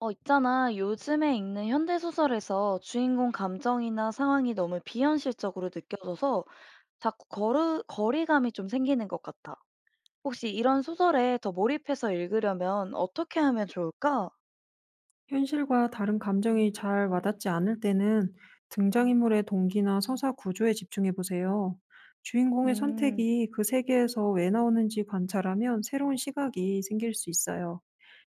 어, 있잖아. 요즘에 읽는 현대소설에서 주인공 감정이나 상황이 너무 비현실적으로 느껴져서 자꾸 거리감이 좀 생기는 것 같아. 혹시 이런 소설에 더 몰입해서 읽으려면 어떻게 하면 좋을까? 현실과 다른 감정이 잘 와닿지 않을 때는 등장인물의 동기나 서사 구조에 집중해 보세요. 주인공의 음, 선택이 그 세계에서 왜 나오는지 관찰하면 새로운 시각이 생길 수 있어요.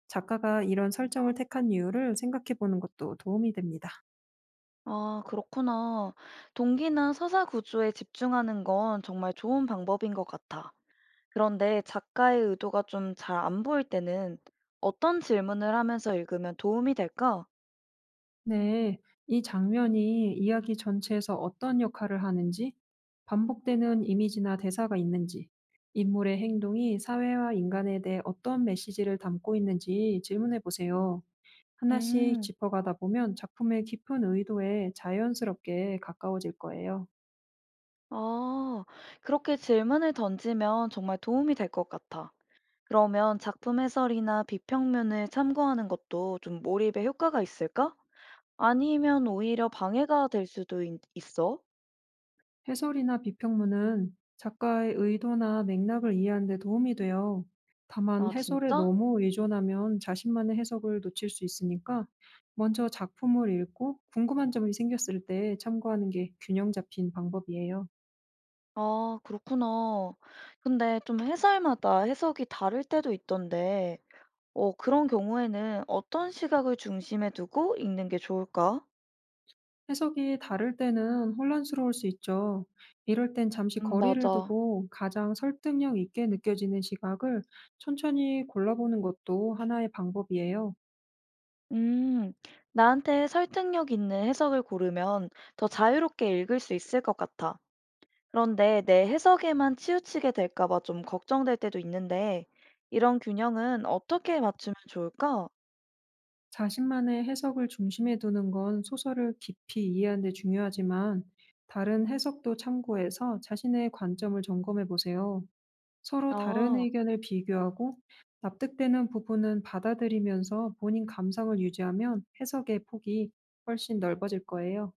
작가가 이런 설정을 택한 이유를 생각해 보는 것도 도움이 됩니다. 아, 그렇구나. 동기나 서사 구조에 집중하는 건 정말 좋은 방법인 것 같아. 그런데 작가의 의도가 좀 잘 안 보일 때는 어떤 질문을 하면서 읽으면 도움이 될까? 네, 이 장면이 이야기 전체에서 어떤 역할을 하는지, 반복되는 이미지나 대사가 있는지, 인물의 행동이 사회와 인간에 대해 어떤 메시지를 담고 있는지 질문해 보세요. 하나씩 음. 짚어가다 보면 작품의 깊은 의도에 자연스럽게 가까워질 거예요. 아, 그렇게 질문을 던지면 정말 도움이 될 것 같아. 그러면 작품 해설이나 비평면을 참고하는 것도 좀 몰입에 효과가 있을까? 아니면 오히려 방해가 될 수도 있어? 해설이나 비평문은 작가의 의도나 맥락을 이해하는 데 도움이 돼요. 다만 아, 해설에 진짜? 너무 의존하면 자신만의 해석을 놓칠 수 있으니까 먼저 작품을 읽고 궁금한 점이 생겼을 때 참고하는 게 균형 잡힌 방법이에요. 아, 그렇구나. 근데 좀 해설마다 해석이 다를 때도 있던데, 어, 그런 경우에는 어떤 시각을 중심에 두고 읽는 게 좋을까? 해석이 다를 때는 혼란스러울 수 있죠. 이럴 땐 잠시 거리를 맞아. 두고 가장 설득력 있게 느껴지는 시각을 천천히 골라보는 것도 하나의 방법이에요. 음, 나한테 설득력 있는 해석을 고르면 더 자유롭게 읽을 수 있을 것 같아. 그런데 내 해석에만 치우치게 될까 봐 좀 걱정될 때도 있는데, 이런 균형은 어떻게 맞추면 좋을까? 자신만의 해석을 중심에 두는 건 소설을 깊이 이해하는 데 중요하지만 다른 해석도 참고해서 자신의 관점을 점검해 보세요. 서로 다른 아, 의견을 비교하고 납득되는 부분은 받아들이면서 본인 감상을 유지하면 해석의 폭이 훨씬 넓어질 거예요.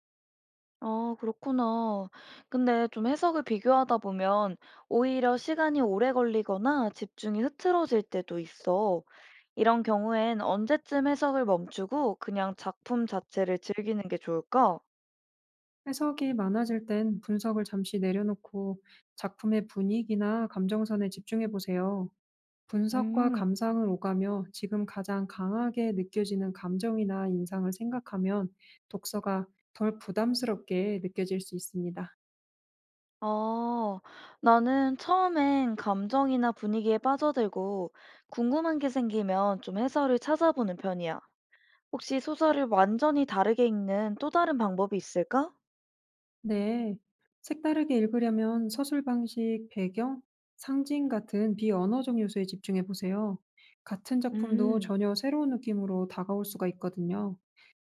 아, 그렇구나. 근데 좀 해석을 비교하다 보면 오히려 시간이 오래 걸리거나 집중이 흐트러질 때도 있어. 이런 경우엔 언제쯤 해석을 멈추고 그냥 작품 자체를 즐기는 게 좋을까? 해석이 많아질 땐 분석을 잠시 내려놓고 작품의 분위기나 감정선에 집중해 보세요. 분석과 음. 감상을 오가며 지금 가장 강하게 느껴지는 감정이나 인상을 생각하면 독서가 덜 부담스럽게 느껴질 수 있습니다. 아, 나는 처음엔 감정이나 분위기에 빠져들고 궁금한 게 생기면 좀 해설을 찾아보는 편이야. 혹시 소설을 완전히 다르게 읽는 또 다른 방법이 있을까? 네, 색다르게 읽으려면 서술 방식, 배경, 상징 같은 비언어적 요소에 집중해 보세요. 같은 작품도 음, 전혀 새로운 느낌으로 다가올 수가 있거든요.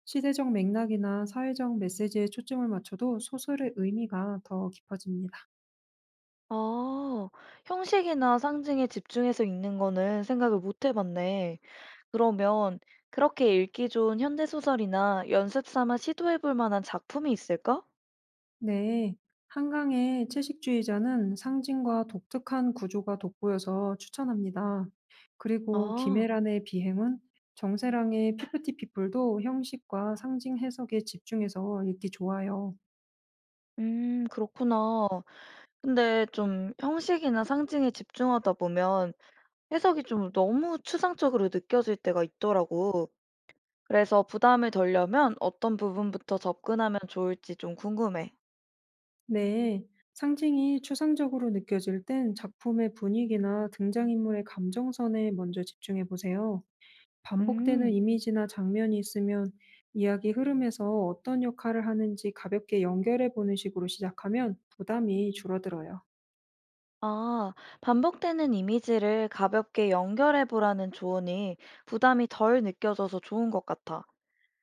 시대적 맥락이나 사회적 메시지에 초점을 맞춰도 소설의 의미가 더 깊어집니다. 아, 형식이나 상징에 집중해서 읽는 거는 생각을 못 해봤네. 그러면 그렇게 읽기 좋은 현대소설이나 연습 삼아 시도해볼 만한 작품이 있을까? 네, 한강의 채식주의자는 상징과 독특한 구조가 돋보여서 추천합니다. 그리고 아, 김애란의 비행은 정세랑의 피프티 피플도 형식과 상징 해석에 집중해서 읽기 좋아요. 그렇구나. 근데 좀 형식이나 상징에 집중하다 보면 해석이 좀 너무 추상적으로 느껴질 때가 있더라고. 그래서 부담을 덜려면 어떤 부분부터 접근하면 좋을지 좀 궁금해. 네, 상징이 추상적으로 느껴질 땐 작품의 분위기나 등장인물의 감정선에 먼저 집중해 보세요. 반복되는 음, 이미지나 장면이 있으면 이야기 흐름에서 어떤 역할을 하는지 가볍게 연결해 보는 식으로 시작하면 부담이 줄어들어요. 아, 반복되는 이미지를 가볍게 연결해 보라는 조언이 부담이 덜 느껴져서 좋은 것 같아.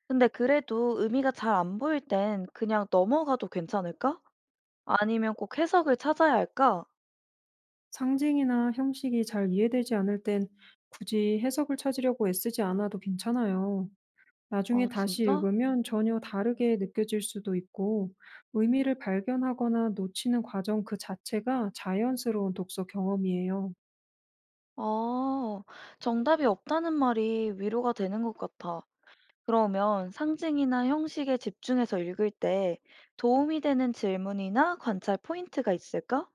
근데 그래도 의미가 잘 안 보일 땐 그냥 넘어가도 괜찮을까? 아니면 꼭 해석을 찾아야 할까? 상징이나 형식이 잘 이해되지 않을 땐 굳이 해석을 찾으려고 애쓰지 않아도 괜찮아요. 나중에 아, 다시 진짜? 읽으면 전혀 다르게 느껴질 수도 있고 의미를 발견하거나 놓치는 과정 그 자체가 자연스러운 독서 경험이에요. 아, 정답이 없다는 말이 위로가 되는 것 같아. 그러면 상징이나 형식에 집중해서 읽을 때 도움이 되는 질문이나 관찰 포인트가 있을까?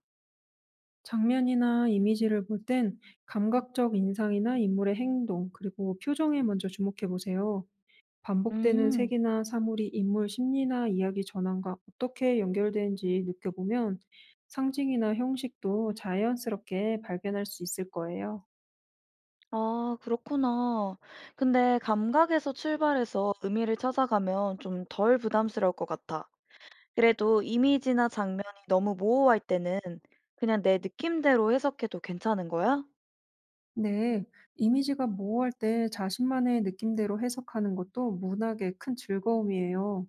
장면이나 이미지를 볼 땐 감각적 인상이나 인물의 행동, 그리고 표정에 먼저 주목해 보세요. 반복되는 음, 색이나 사물이 인물 심리나 이야기 전환과 어떻게 연결되는지 느껴보면 상징이나 형식도 자연스럽게 발견할 수 있을 거예요. 아, 그렇구나. 근데 감각에서 출발해서 의미를 찾아가면 좀 덜 부담스러울 것 같아. 그래도 이미지나 장면이 너무 모호할 때는 그냥 내 느낌대로 해석해도 괜찮은 거야? 네, 이미지가 모호할 때 자신만의 느낌대로 해석하는 것도 문학의 큰 즐거움이에요.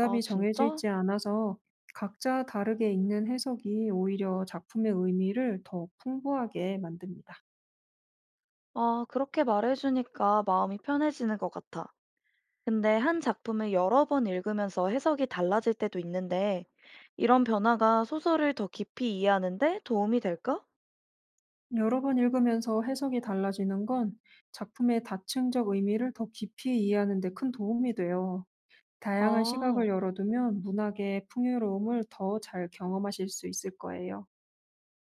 아, 정해져 진짜? 있지 않아서 각자 다르게 읽는 해석이 오히려 작품의 의미를 더 풍부하게 만듭니다. 아, 그렇게 말해주니까 마음이 편해지는 것 같아. 근데 한 작품을 여러 번 읽으면서 해석이 달라질 때도 있는데, 이런 변화가 소설을 더 깊이 이해하는데 도움이 될까? 여러 번 읽으면서 해석이 달라지는 건 작품의 다층적 의미를 더 깊이 이해하는 데 큰 도움이 돼요. 다양한 시각을 아, 열어두면 문학의 풍요로움을 더 잘 경험하실 수 있을 거예요.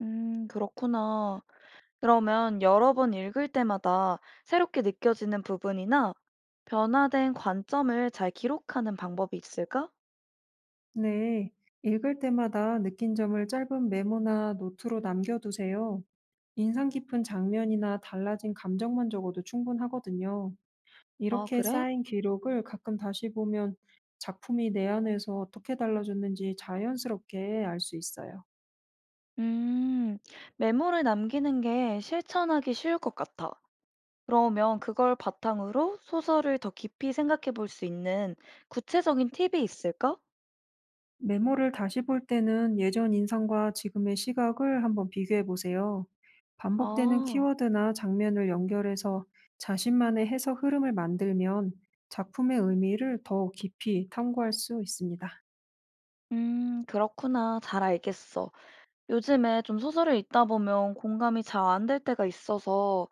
그렇구나. 그러면 여러 번 읽을 때마다 새롭게 느껴지는 부분이나 변화된 관점을 잘 기록하는 방법이 있을까? 네, 읽을 때마다 느낀 점을 짧은 메모나 노트로 남겨두세요. 인상 깊은 장면이나 달라진 감정만 적어도 충분하거든요. 아, 이렇게 그래? 쌓인 기록을 가끔 다시 보면 작품이 내 안에서 어떻게 달라졌는지 자연스럽게 알 수 있어요. 음, 메모를 남기는 게 실천하기 쉬울 것 같아. 그러면 그걸 바탕으로 소설을 더 깊이 생각해 볼 수 있는 구체적인 팁이 있을까? 메모를 다시 볼 때는 예전 인상과 지금의 시각을 한번 비교해 보세요. 반복되는 아, 키워드나 장면을 연결해서 자신만의 해석 흐름을 만들면 작품의 의미를 더 깊이 탐구할 수 있습니다. 그렇구나. 잘 알겠어. 요즘에 좀 소설을 읽다 보면 공감이 잘 안 될 때가 있어서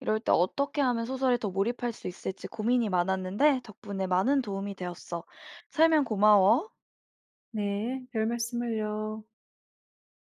이럴 때 어떻게 하면 소설에 더 몰입할 수 있을지 고민이 많았는데 덕분에 많은 도움이 되었어. 설명 고마워. 네, 별 말씀을요.